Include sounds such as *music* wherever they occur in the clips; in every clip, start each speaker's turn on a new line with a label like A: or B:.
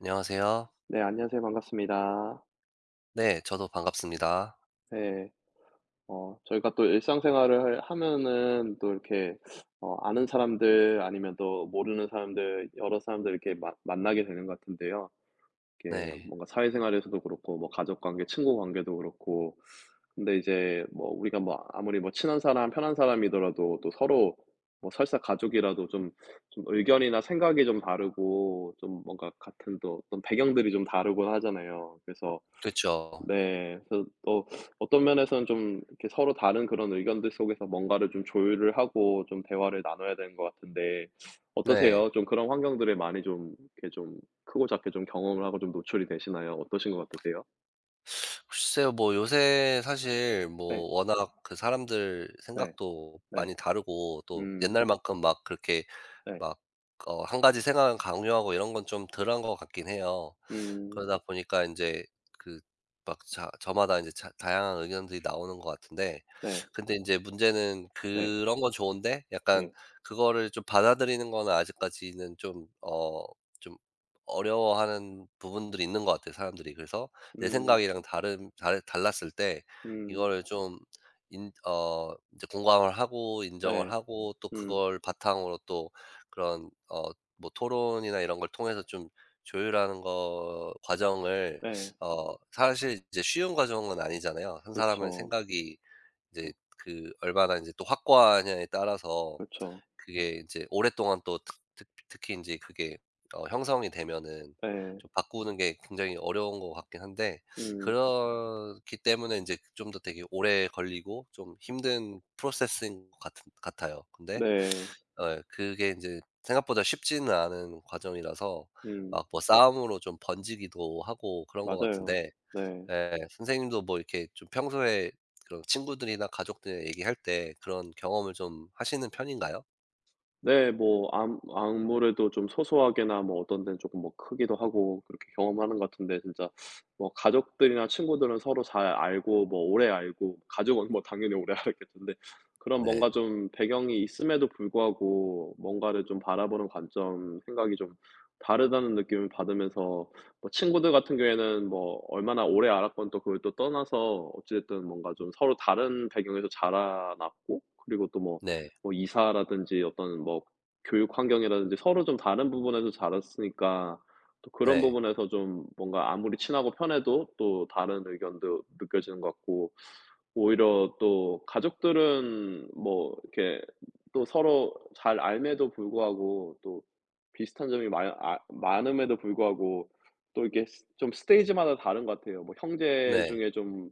A: 안녕하세요.
B: 네, 안녕하세요. 반갑습니다.
A: 네, 저도 반갑습니다.
B: 네. 저희가 또 일상생활을 하면은 또 이렇게 아는 사람들 아니면 또 모르는 사람들 여러 사람들 이렇게 마 만나게 되는 것 같은데요. 이렇게
A: 네.
B: 뭔가 사회생활에서도 그렇고 뭐 가족 관계, 친구 관계도 그렇고 근데 이제 뭐 우리가 뭐 아무리 뭐 친한 사람, 편한 사람이더라도 또 서로 뭐 설사 가족이라도 좀 의견이나 생각이 좀 다르고 좀 뭔가 같은 또 어떤 배경들이 좀 다르곤 하잖아요. 그래서
A: 그죠.
B: 네. 그래서 또 어떤 면에서는 좀 이렇게 서로 다른 그런 의견들 속에서 뭔가를 좀 조율을 하고 좀 대화를 나눠야 되는 것 같은데
A: 네.
B: 어떠세요? 좀 그런 환경들에 많이 좀 이렇게 좀 크고 작게 좀 경험을 하고 좀 노출이 되시나요? 어떠신 것 같으세요?
A: 글쎄요, 뭐 요새 사실
B: 네.
A: 뭐 워낙 그 사람들
B: 네.
A: 생각도
B: 네.
A: 많이 다르고 또
B: 음.
A: 옛날만큼 막 그렇게
B: 네.
A: 막 한 가지 생각을 강요하고 이런 건 좀 덜한 것 같긴 해요.
B: 음.
A: 그러다 보니까 이제 그 막 자 저마다 이제 자 다양한 의견들이 나오는 것 같은데,
B: 네.
A: 근데 이제 문제는
B: 네.
A: 그런 건 좋은데 약간
B: 예.
A: 그거를 좀 받아들이는 거는 아직까지는 좀 어려워하는 부분들이 있는 것 같아요, 사람들이. 그래서 내
B: 음.
A: 생각이랑 다른 달 달랐을 때
B: 음.
A: 이거를 좀 인어제 공감을 하고 인정을
B: 네.
A: 하고 또
B: 음.
A: 그걸 바탕으로 또 그런 어 뭐 토론이나 이런 걸 통해서 좀 조율하는 거 과정을
B: 네.
A: 어 사실 이제 쉬운 과정은 아니잖아요. 한 사람의
B: 그렇죠.
A: 생각이
B: 어.
A: 이제 그 얼마나 이제 또 확고하냐에 따라서
B: 그렇죠.
A: 그게 이제 오랫동안 또 특 특 특히 이제 그게 어 형성이 되면은
B: 네.
A: 좀 바꾸는 게 굉장히 어려운 것 같긴 한데,
B: 음.
A: 그렇기 때문에 이제 좀 더 되게 오래 걸리고 좀 힘든 프로세스인 것 같 같아요. 근데
B: 네.
A: 어 그게 이제 생각보다 쉽지는 않은 과정이라서
B: 음.
A: 막 뭐 네, 싸움으로 좀 번지기도 하고 그런 것
B: 맞아요.
A: 같은데,
B: 네.
A: 예 선생님도 뭐 이렇게 좀 평소에 그런 친구들이나 가족들 얘기할 때 그런 경험을 좀 하시는 편인가요?
B: 네. 뭐 암 아무래도 좀 소소하게나 뭐 어떤 데는 조금 뭐 크기도 하고 그렇게 경험하는 것 같은데 진짜 뭐 가족들이나 친구들은 서로 잘 알고 뭐 오래 알고 가족은 뭐 당연히 오래 *laughs* 알았겠는데 그런 뭔가
A: 네.
B: 좀 배경이 있음에도 불구하고 뭔가를 좀 바라보는 관점, 생각이 좀 다르다는 느낌을 받으면서 뭐 친구들 같은 경우에는 뭐 얼마나 오래 알았건 또 그걸 또 떠나서 어찌 됐든 뭔가 좀 서로 다른 배경에서 자라났고 그리고 또뭐
A: 네.
B: 뭐 이사라든지 어떤 뭐 교육 환경이라든지 서로 좀 다른 부분에서 자랐으니까 또 그런
A: 네.
B: 부분에서 좀 뭔가 아무리 친하고 편해도 또 다른 의견도 느껴지는 것 같고 오히려 또 가족들은 뭐 이렇게 또 서로 잘 알매도 불구하고 또 비슷한 점이 많 아 많음에도 불구하고 또 이렇게 스 좀 스테이지마다 다른 것 같아요. 뭐 형제
A: 네. 네.
B: 중에 좀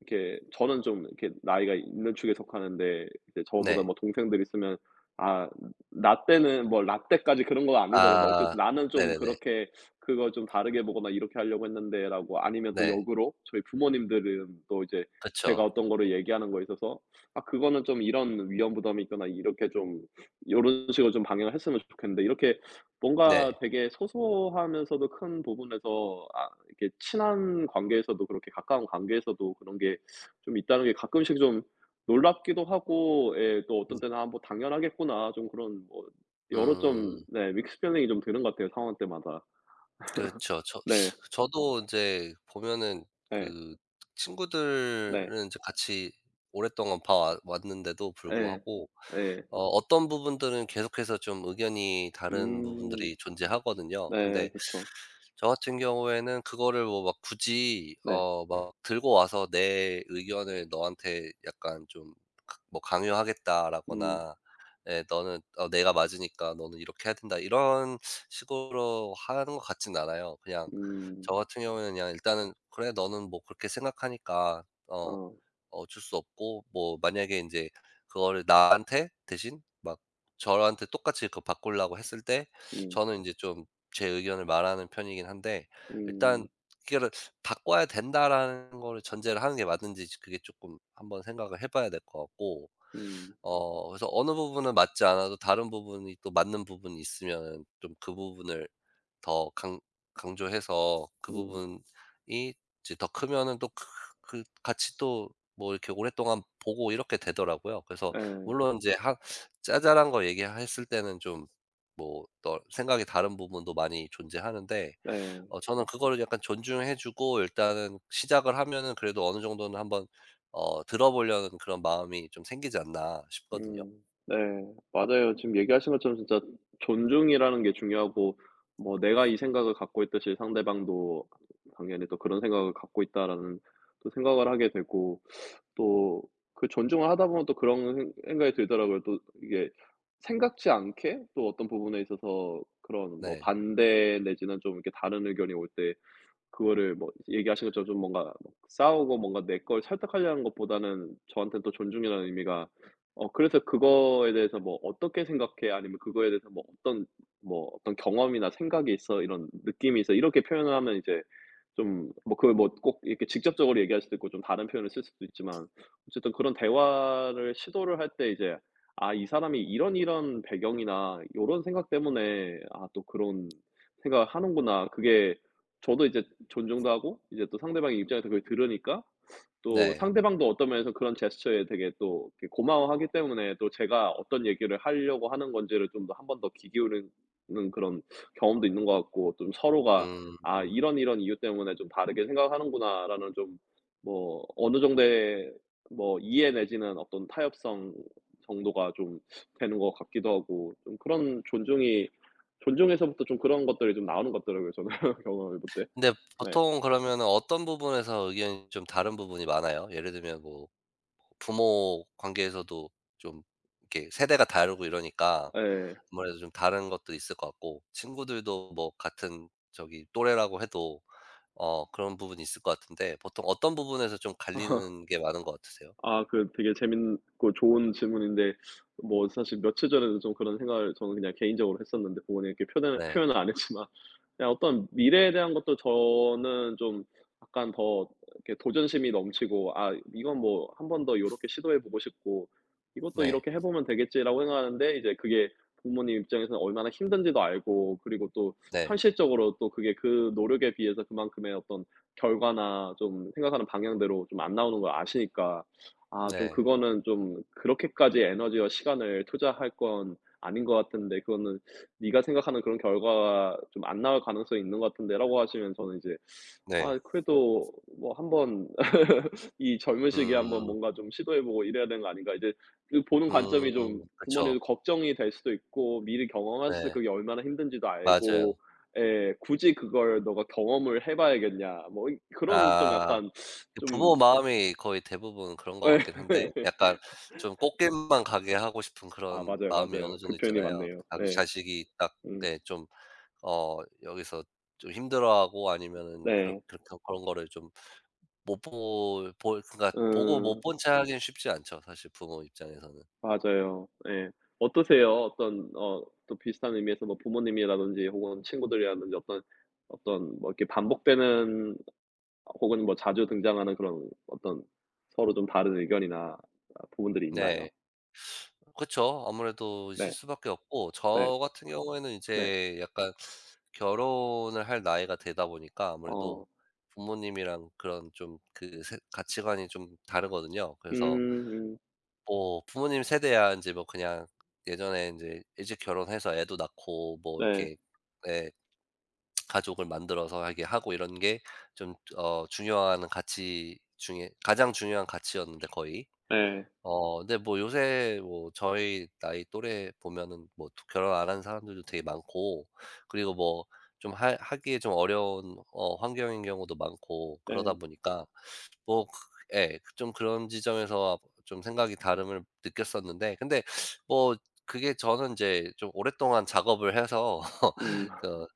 B: 이렇게 저는 좀 이렇게 나이가 있는 축에 속하는데 이제 저보다
A: 네.
B: 뭐 동생들 있으면 아, 나 때는 뭐 라떼까지 그런 건
A: 그
B: 아니더라도
A: 아.
B: 어쨌든 "나는 좀
A: 네네네.
B: 그렇게 그걸 좀 다르게 보거나 이렇게 하려고 했는데."라고, 아니면 또
A: 네.
B: 역으로 저희 부모님들은 또 이제 제가
A: 그쵸.
B: 어떤 거를 얘기하는 거에 있어서 "아 그거는 좀 이런 위험 부담이 있거나 이렇게 좀 요런 식으로 좀 방향을 했으면 좋겠는데." 이렇게 뭔가
A: 네.
B: 되게 소소하면서도 큰 부분에서 아 이렇게 친한 관계에서도 그렇게 가까운 관계에서도 그런 게 좀 있다는 게 가끔씩 좀 놀랍기도 하고 예, 또
A: 음.
B: 어떤 때는 '아 뭐 당연하겠구나.' 좀 그런 뭐 여러 좀
A: 음.
B: 네 믹스 필링이 좀 드는 것 같아요 상황 때마다.
A: 그죠저
B: 네.
A: 저도 인제 보면은
B: 네.
A: 그
B: 네.
A: 친구들은 이제 같이 오랫동안 봐 와 왔는데도
B: 예.
A: 불구하고
B: 예.
A: 어 어떤 부분들은 계속해서 좀 의견이 다른
B: 음.
A: 부분들이 존재하거든요.
B: 네,
A: 근데
B: 그쵸.
A: 저 같은 경우에는 그거를 뭐 막 굳이
B: 네.
A: 어 막 들고 와서 내 의견을 너한테 약간 좀 그 뭐
B: 음.
A: 강요하겠다라거나, 예 "너는 어 내가 맞으니까 너는 이렇게 해야 된다." 이런 식으로 하는 것 같진 않아요. 그냥
B: 음.
A: 저 같은 경우에는 그냥 일단은 "그래, 너는 뭐 그렇게 생각하니까 어
B: 어.
A: 어쩔 수 없고, 뭐 만약에 이제 그거를 나한테 대신 막 저한테 똑같이 그 바꾸려고 했을 때
B: 음.
A: 저는 이제 좀 제 의견을 말하는 편이긴 한데,
B: 음.
A: 일단 그거를 '바꿔야 된다.'라는 거를 전제를 하는 게 맞는지 그게 조금 한번 생각을 해 봐야 될 것 같고,
B: 음.
A: 어 그래서 어느 부분은 맞지 않아도 다른 부분이 또 맞는 부분이 있으면 좀 그 부분을 더 강 강조해서 그
B: 음.
A: 부분이 이제 더 크면은 또 그 그 같이 또 뭐 이렇게 오랫동안 보고 이렇게 되더라고요. 그래서
B: 네.
A: 물론 이제 한 짜잘한 거 얘기했을 때는 좀뭐또 생각이 다른 부분도 많이 존재하는데,
B: 네.
A: 어 저는 그거를 약간 존중해 주고 일단은 시작을 하면은 그래도 어느 정도는 한번 어 들어 보려는 그런 마음이 좀 생기지 않나 싶거든요.
B: 음. 네. 맞아요. 지금 얘기하신 것처럼 진짜 존중이라는 게 중요하고 뭐 내가 이 생각을 갖고 있듯이 상대방도 당연히 또 그런 생각을 갖고 있다라는 또 생각을 하게 되고 또 그 존중을 하다 보면 또 그런 생 생각이 들더라고요. 또 이게 생각지 않게 또 어떤 부분에 있어서 그런 뭐
A: 네.
B: 반대 내지는 좀 이렇게 다른 의견이 올때 그거를 뭐 얘기하신 것처럼 좀 뭔가 뭐 싸우고 뭔가 내 걸 설득하려는 것보다는 저한테는 또 존중이라는 의미가 어, 그래서 그거에 대해서 뭐 "어떻게 생각해?" 아니면 "그거에 대해서 뭐 어떤 뭐 어떤 경험이나 생각이 있어?" 이런 "느낌이 있어?" 이렇게 표현을 하면 이제 좀 뭐 그걸 뭐 꼭 이렇게 직접적으로 얘기할 수도 있고 좀 다른 표현을 쓸 수도 있지만 어쨌든 그런 대화를 시도를 할 때 이제 '아 이 사람이 이런 이런 배경이나 요런 생각 때문에 아 또 그런 생각을 하는구나.' 그게 저도 이제 존중도 하고 이제 또 상대방의 입장에서 그걸 들으니까 또
A: 네.
B: 상대방도 어떤 면에서 그런 제스처에 되게 또 이렇게 고마워하기 때문에 또 제가 어떤 얘기를 하려고 하는 건지를 좀 더 한 번 더 귀 기울이는 그런 경험도 있는 것 같고 좀 서로가 '아
A: 음.
B: 이런, 이런 이유 때문에 좀 다르게 생각하는구나.'라는 좀 뭐 어느 정도의 뭐 이해 내지는 어떤 타협성 정도가 좀 되는 것 같기도 하고 좀 그런 존중이 존중에서부터 좀 그런 것들이 좀 나오는 것더라고요 저는 *laughs* 경험해 볼 때.
A: 근데
B: 네.
A: 보통 그러면은 어떤 부분에서 의견이 좀 다른 부분이 많아요? 예를 들면 뭐 부모 관계에서도 좀 이렇게 세대가 다르고 이러니까
B: 예.
A: 아무래도 좀 다른 것도 있을 것 같고, 친구들도 뭐 같은 저기 또래라고 해도 어 그런 부분이 있을 것 같은데, 보통 어떤 부분에서 좀
B: *laughs*
A: 갈리는 게 많은 것 같으세요?
B: 아 그 되게 재밌고 좋은 질문인데 뭐 사실 며칠 전에도 좀 그런 생각을 저는 그냥 개인적으로 했었는데 부모님 이렇게 표
A: 네.
B: 현을 안 했지만 그냥 어떤 미래에 대한 것도 저는 좀 약간 더 이렇게 도전심이 넘치고 '아 이건 뭐 한 번 더 이렇게 시도해 보고 싶고 이것도
A: 네.
B: 이렇게 해 보면 되겠지.'라고 생각하는데 이제 그게 부모님 입장에서는 얼마나 힘든지도 알고 그리고 또
A: 네.
B: 현실적으로 또 그게 그 노력에 비해서 그만큼의 어떤 결과나 좀 생각하는 방향대로 좀 안 나오는 걸 아시니까 아 좀
A: 네.
B: 그거는 좀 그렇게까지 에너지와 시간을 투자할 건 아닌 것 같은데 그거는 "네가 생각하는 그런 결과가 좀 안 나올 가능성이 있는 것 같은데."라고 하시면 저는 이제
A: 네.
B: 아 그래도 뭐 '한번 *laughs* 이 젊은 시기에 한번
A: 음.
B: 뭔가 좀 시도해 보고 이래야 되는 거 아닌가.' 이제 그 보는 관점이 좀
A: 음. 그쵸.
B: 부모님도 걱정이 될 수도 있고 미리 경험하셨을
A: 네.
B: 그게 얼마나 힘든지도
A: 맞아요.
B: 알고 에 '굳이 그걸 너가 경험을 해 봐야겠냐.' 뭐 이 그런 좀
A: 아.
B: 약간
A: 그 부모
B: 좀
A: 마음이 거의 대부분 그런
B: *laughs*
A: 것
B: 예.
A: 같긴 한데, 약간 좀 꽃길만 가게 하고 싶은
B: 아
A: 그런
B: 맞아요,
A: 마음이
B: 맞아요.
A: 어느
B: 그
A: 정도
B: 표현이
A: 있잖아요.
B: 맞네요.
A: 자기
B: 네.
A: 자식이 딱
B: 음.
A: 네 좀 어 여기서 좀 힘들어하고 아니면은
B: 네.
A: 그렇게 그런 거를 좀 못 보 볼 그러니까 보고 못
B: 음.
A: 본 채 하긴 쉽지 않죠, 사실 부모 입장에서는.
B: 맞아요. 예. 어떠세요? 어떤 어 또 비슷한 의미에서 뭐 부모님이라든지 혹은 친구들이라든지 어떤 어떤 뭐 이렇게 반복되는 혹은 뭐 자주 등장하는 그런 어떤 서로 좀 다른 의견이나 아 부분들이 있나요?
A: 네. 그쵸. 아무래도 있을
B: 네.
A: 수밖에 없고,
B: 네.
A: 저 같은 경우에는 이
B: 네.
A: 제 약간 결혼을 할 나이가 되다 보니까 아무래도
B: 어.
A: 부모님이랑 그런 좀 그 가치관이 좀 다르거든요. 그래서
B: 음음.
A: 뭐 부모님 세대야 이제 뭐 그냥 예전에 이제 일찍 결혼해서 애도 낳고 뭐
B: 네.
A: 이렇게 예 가족을 만들어서 하게 하고 이런 게 좀 어 중요한 가치 중에 가장 중요한 가치였는데 거의
B: 예.
A: 어 근데 뭐 요새 뭐 저희 나이 또래 보면은 뭐 결혼 안 한 사람들도 되게 많고, 그리고 뭐 좀 하 하기에 좀 어려운 어 환경인 경우도 많고 그러다
B: 예.
A: 보니까 뭐 그 예 좀 그런 지점에서 좀 생각이 다름을 느꼈었는데, 근데 뭐 그게 저는 이제 좀 오랫동안 작업을 해서 *laughs*
B: 음.
A: 그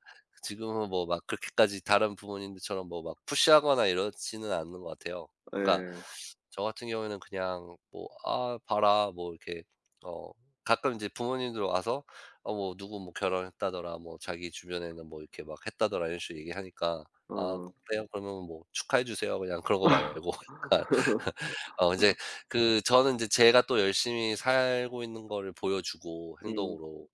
A: 지금은 뭐 막 그렇게까지 다른 부모님들처럼 뭐 막 푸시하거나 이러지는 않는 것 같아요. 그러니까
B: 예.
A: 저 같은 경우에는 그냥 뭐 "아 봐라." 뭐 이렇게 어 가끔 이제 부모님들 와서 어 뭐 "누구 뭐 결혼했다더라." 뭐 "자기 주변에는 뭐 이렇게 막 했다더라." 이런 식으로 얘기하니까 "아
B: 어.
A: 그래요? 그러면 뭐 축하해 주세요." 그냥 그런 거 말고 *laughs* 약간
B: *laughs*
A: 어 이제 그 저는 이제 제가 또 열심히 살고 있는 거를 보여주고
B: 음.
A: 행동으로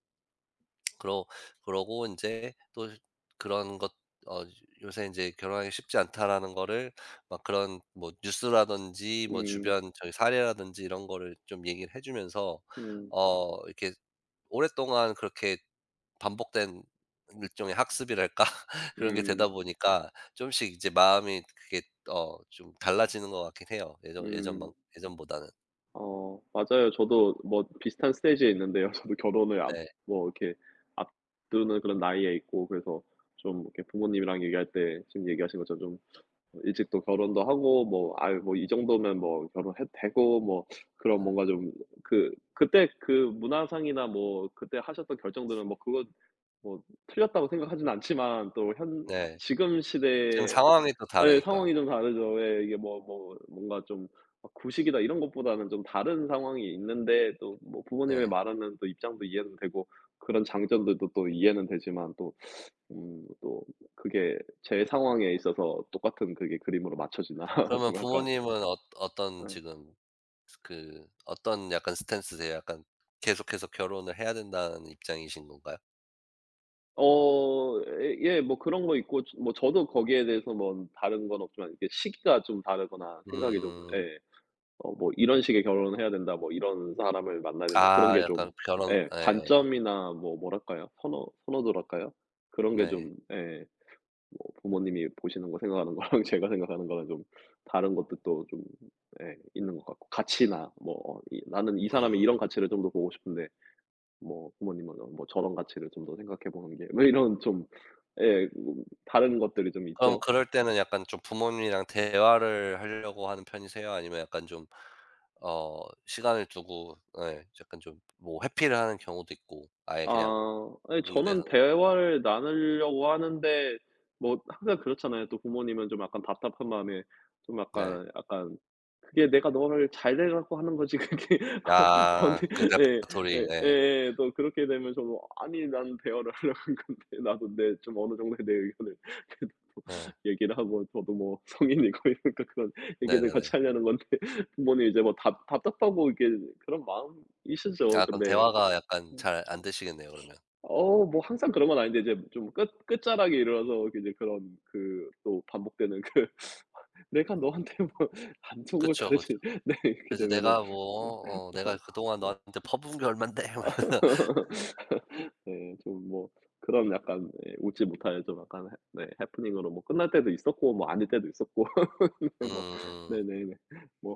A: 그러 그러고 이제 또 그런 것 어 요새 이제 '결혼하기 쉽지 않다.'라는 거를 막 그런 뭐 뉴스라든지 뭐
B: 음.
A: 주변 저희 사례라든지 이런 거를 좀 얘기를 해 주면서
B: 음.
A: 어 이렇게 오랫동안 그렇게 반복된 일종의 학습이랄까? *laughs* 그런 게
B: 음.
A: 되다 보니까 좀씩 이제 마음이 그게 어 좀 달라지는 것 같긴 해요.
B: 음.
A: 예전보다는.
B: 어 맞아요. 저도 뭐 비슷한 스테이지에 있는데요. *laughs* 저도 결혼을 앞
A: 네.
B: 뭐 이렇게 앞두는 그런 나이에 있고 그래서 좀 이렇게 부모님이랑 얘기할 때 지금 얘기하신 것처럼 좀 일찍 또 결혼도 하고 뭐 아 뭐 이 정도면 뭐 결혼해도 되고 뭐 그런
A: 네.
B: 뭔가 좀 그 그때 그 문화상이나 뭐 그때 하셨던 결정들은 뭐 그거 뭐 틀렸다고 생각하진 않지만 또 현 혀
A: 네.
B: 지금
A: 지금
B: 시대의
A: 상황이 또
B: 예
A: 다르니까.
B: 상황이 좀 다르죠. 예. 이게 뭐 뭐 뭔가 좀 막 구식이다 이런 것보다는 좀 다른 상황이 있는데 또 뭐 부모님의
A: 네.
B: 말하는 또 입장도 이해는 되고 그런 장점들도 또 이해는 되지만 또 또 그게 제 상황에 있어서 똑같은 그게 그림으로 맞춰지나 *laughs*
A: 그러면
B: 좀 약간
A: 부모님은 어 어떤
B: 예.
A: 지금 그 어떤 약간 스탠스세요? 약간 계속해서 결혼을 해야 된다는 입장이신 건가요?
B: 어 예 예 뭐 그런 거 있고 저 뭐 저도 거기에 대해서 뭐 다른 건 없지만 이게 시기가 좀 다르거나 생각이 좀
A: 음.
B: 예. 어 뭐 '이런 식의 결혼을 해야 된다.' 뭐 '이런 사람을 만나야 된다.' 그런
A: 아
B: 게 좀
A: 약간 결혼
B: 예
A: 네.
B: 관점이나 뭐 뭐랄까요? 선호도랄까요? 그런 게
A: 네.
B: 좀 예 뭐 부모님이 보시는 거 생각하는 거랑 *laughs* 제가 생각하는 거랑 좀 다른 것도 또 좀 예 있는 것 같고 가치나 뭐 어, 이 '나는 이 사
A: 음.
B: 람이 이런 가치를 좀 더 보고 싶은데 뭐 부모님은 어 뭐 저런 가치를 좀 더 생각해 보는 게' 뭐 이런 좀 예 다른 것들이 좀
A: 그럼
B: 있죠.
A: 그럴 때는 약간 좀 부모님이랑 대화를 하려고 하는 편이세요? 아니면 약간 좀 어 시간을 두고 네 약간 좀 뭐 회피를 하는 경우도 있고 아예 그냥
B: 아 아니
A: 부분에
B: 저는
A: 대해서는
B: 대화를 나누려고 하는데 뭐 항상 그렇잖아요. 또 부모님은 좀 약간 답답한 마음에 좀
A: 네.
B: 약간 약간 "그게 내가 너를 잘되라고 하는 거지 그게 *laughs* 어
A: 아
B: 너한테"
A: 그
B: 예.
A: 레퍼토리
B: 예
A: 네.
B: 예예. 또 그렇게 되면 저는 '아니 난 대화를 하려고 한 건데 *laughs* 나도 내 좀 어느 정도의 내 의견을 *laughs* 얘기를 하고 저도 뭐 성인이고 *laughs* 이러니까 그런
A: 네,
B: 얘기를 같이
A: 네네네.
B: 하려는 건데 부모님 이 제 뭐 답 답답하고 이게 그런 마음이시죠.
A: 아 그럼
B: 근데
A: 대화가 약간
B: 예.
A: 잘 안 되시겠네요 그러면.
B: 어 뭐 항상 그런 건 아닌데 이제 좀 끝 끝자락에 이르러서 이제 그런 그 또 반복되는 그 *laughs* "내가 너한테 뭐 *laughs* 안 좋은 걸
A: 그쵸, 그쵸.
B: 가르치" 네 이렇게
A: 그래서
B: 되면은
A: "내가
B: *laughs*
A: 뭐 어
B: 어
A: 내가 그동안
B: 어
A: 너한테 퍼부은 게 얼만데." *laughs* 막
B: 어
A: 이러면서.
B: 네 좀 뭐 그런 약간 예 웃지 못할 좀 약간 해 네 해프닝으로 뭐 끝날 때도 있었고 뭐 아닐 때도 있었고 *laughs* 네 뭐
A: 음
B: 네네네. 뭐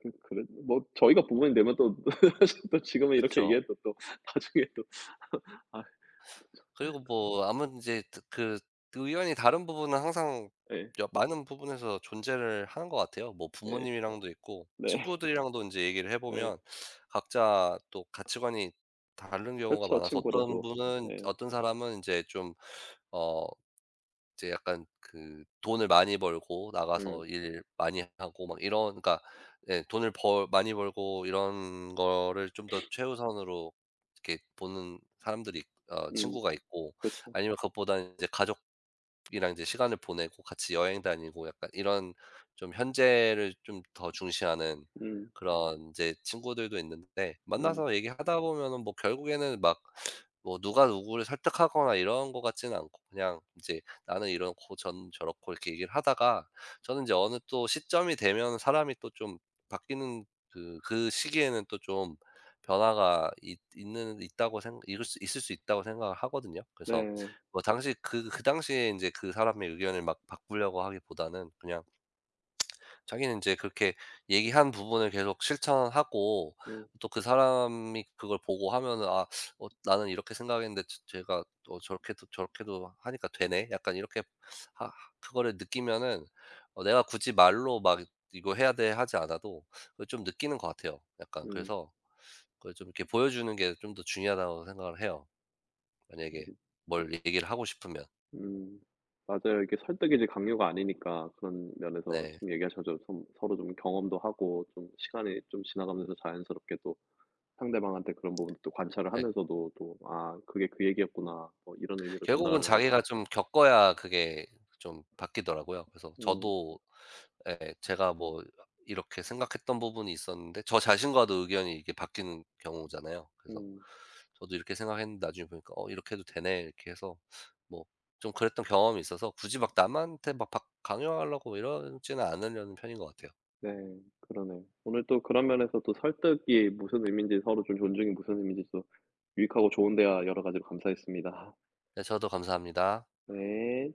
B: 그그뭐 저희가 부모님 되면 또 *laughs* 사실 또 지금은 이렇게
A: 그쵸.
B: 얘기해도 또 나중에 또 *laughs* 아
A: 그리고 뭐 아무튼 인제 드 그 의견이 다른 부분은 항상
B: 예.
A: 여 많은 부분에서 존재를 하는 것 같아요. 뭐
B: 예.
A: 부모님이랑도 있고
B: 네.
A: 친구들이랑도 인제 얘기를 해
B: 예.
A: 보면 각자 또 가치관이 다른 경우가
B: 그렇죠,
A: 많아서 어떤
B: 친구라도.
A: 분은
B: 예.
A: 어떤 사람은 인제 좀어 이제 약간 그 돈을 많이 벌고
B: 음.
A: 나가서 일 많이 하고 막 이런, 그러니까 예 돈을 벌 많이 벌고 이런 거를 좀 더 최우선으로 이렇게 보는 사람들이 어
B: 음.
A: 친구가 있고,
B: 그렇죠.
A: 아니면 그것보다는 이제 가족이랑 이제 시간을 보내고 같이 여행 다니고 약간 이런 좀 현재를 좀 더 중시하는
B: 음.
A: 그런 이제 친구들도 있는데,
B: 음.
A: 만나서 얘기하다 보면은 뭐 결국에는 막 뭐 누가 누구를 설득하거나 이런 것 같지는 않고, 그냥 이제 나는 이렇고 전 저렇고 이렇게 얘기를 하다가 저는 이제 어느 또 시점이 되면 사람이 또 좀 바뀌는 그 시기에는 또 좀 변화가 있는 있다고 생 있을 수 있다고 생각을 하거든요. 그래서
B: 네.
A: 뭐 당시 그 그 당시에 이제 그 사람의 의견을 막 바꾸려고 하기보다는 그냥 자기는 이제 그렇게 얘기한 부분을 계속 실천하고
B: 음.
A: 또 그 사람이 그걸 보고 하면은 '아 어 나는 이렇게 생각했는데 제가 또 저렇게도 저렇게도 하니까 되네.' 약간 이렇게 하 그거를 느끼면은 어 내가 굳이 말로 막 '이거 해야 돼.' 하지 않아도 그걸 좀 느끼는 것 같아요. 약간
B: 음.
A: 그래서 그걸 좀 이렇게 보여주는 게 좀 더 중요하다고 생각을 해요. 만약에 뭘 얘기를 하고 싶으면.
B: 음. 맞아요. 이게 설득이지 강요가 아니니까 그런 면에서
A: 네.
B: 지금 얘기하신 것처럼 좀 서로 좀 경험도 하고 좀 시간이 좀 지나가면서 자연스럽게 또 상대방한테 그런 부분도 또 관찰을
A: 예.
B: 하면서도 또 '아 그게 그 얘기였구나.' 뭐 이런 의미로 전달하
A: 결국은
B: 는구나
A: 자기가 좀 겪어야 그게 좀 바뀌더라고요. 그래서
B: 음.
A: 저도 예, 제가 뭐 이렇게 생각했던 부분이 있었는데 저 자신과도 의견이 이게 바뀌는 경우잖아요. 그래서
B: 음.
A: 저도 이렇게 생각했는데 나중에 보니까 '어 이렇게 해도 되네.' 이렇게 해서 뭐 좀 그랬던 경험이 있어서 굳이 막 남한테 막 박 강요하려고 이러지는 않으려는 편인 것 같아요.
B: 네, 그러네요. 오늘 또 그런 면에서 또 설득이 무슨 의미인지 서로 좀 존중이 무슨 의미인지 또 유익하고 좋은 대화 여러 가지로 감사했습니다.
A: 네 저도 감사합니다.
B: 네.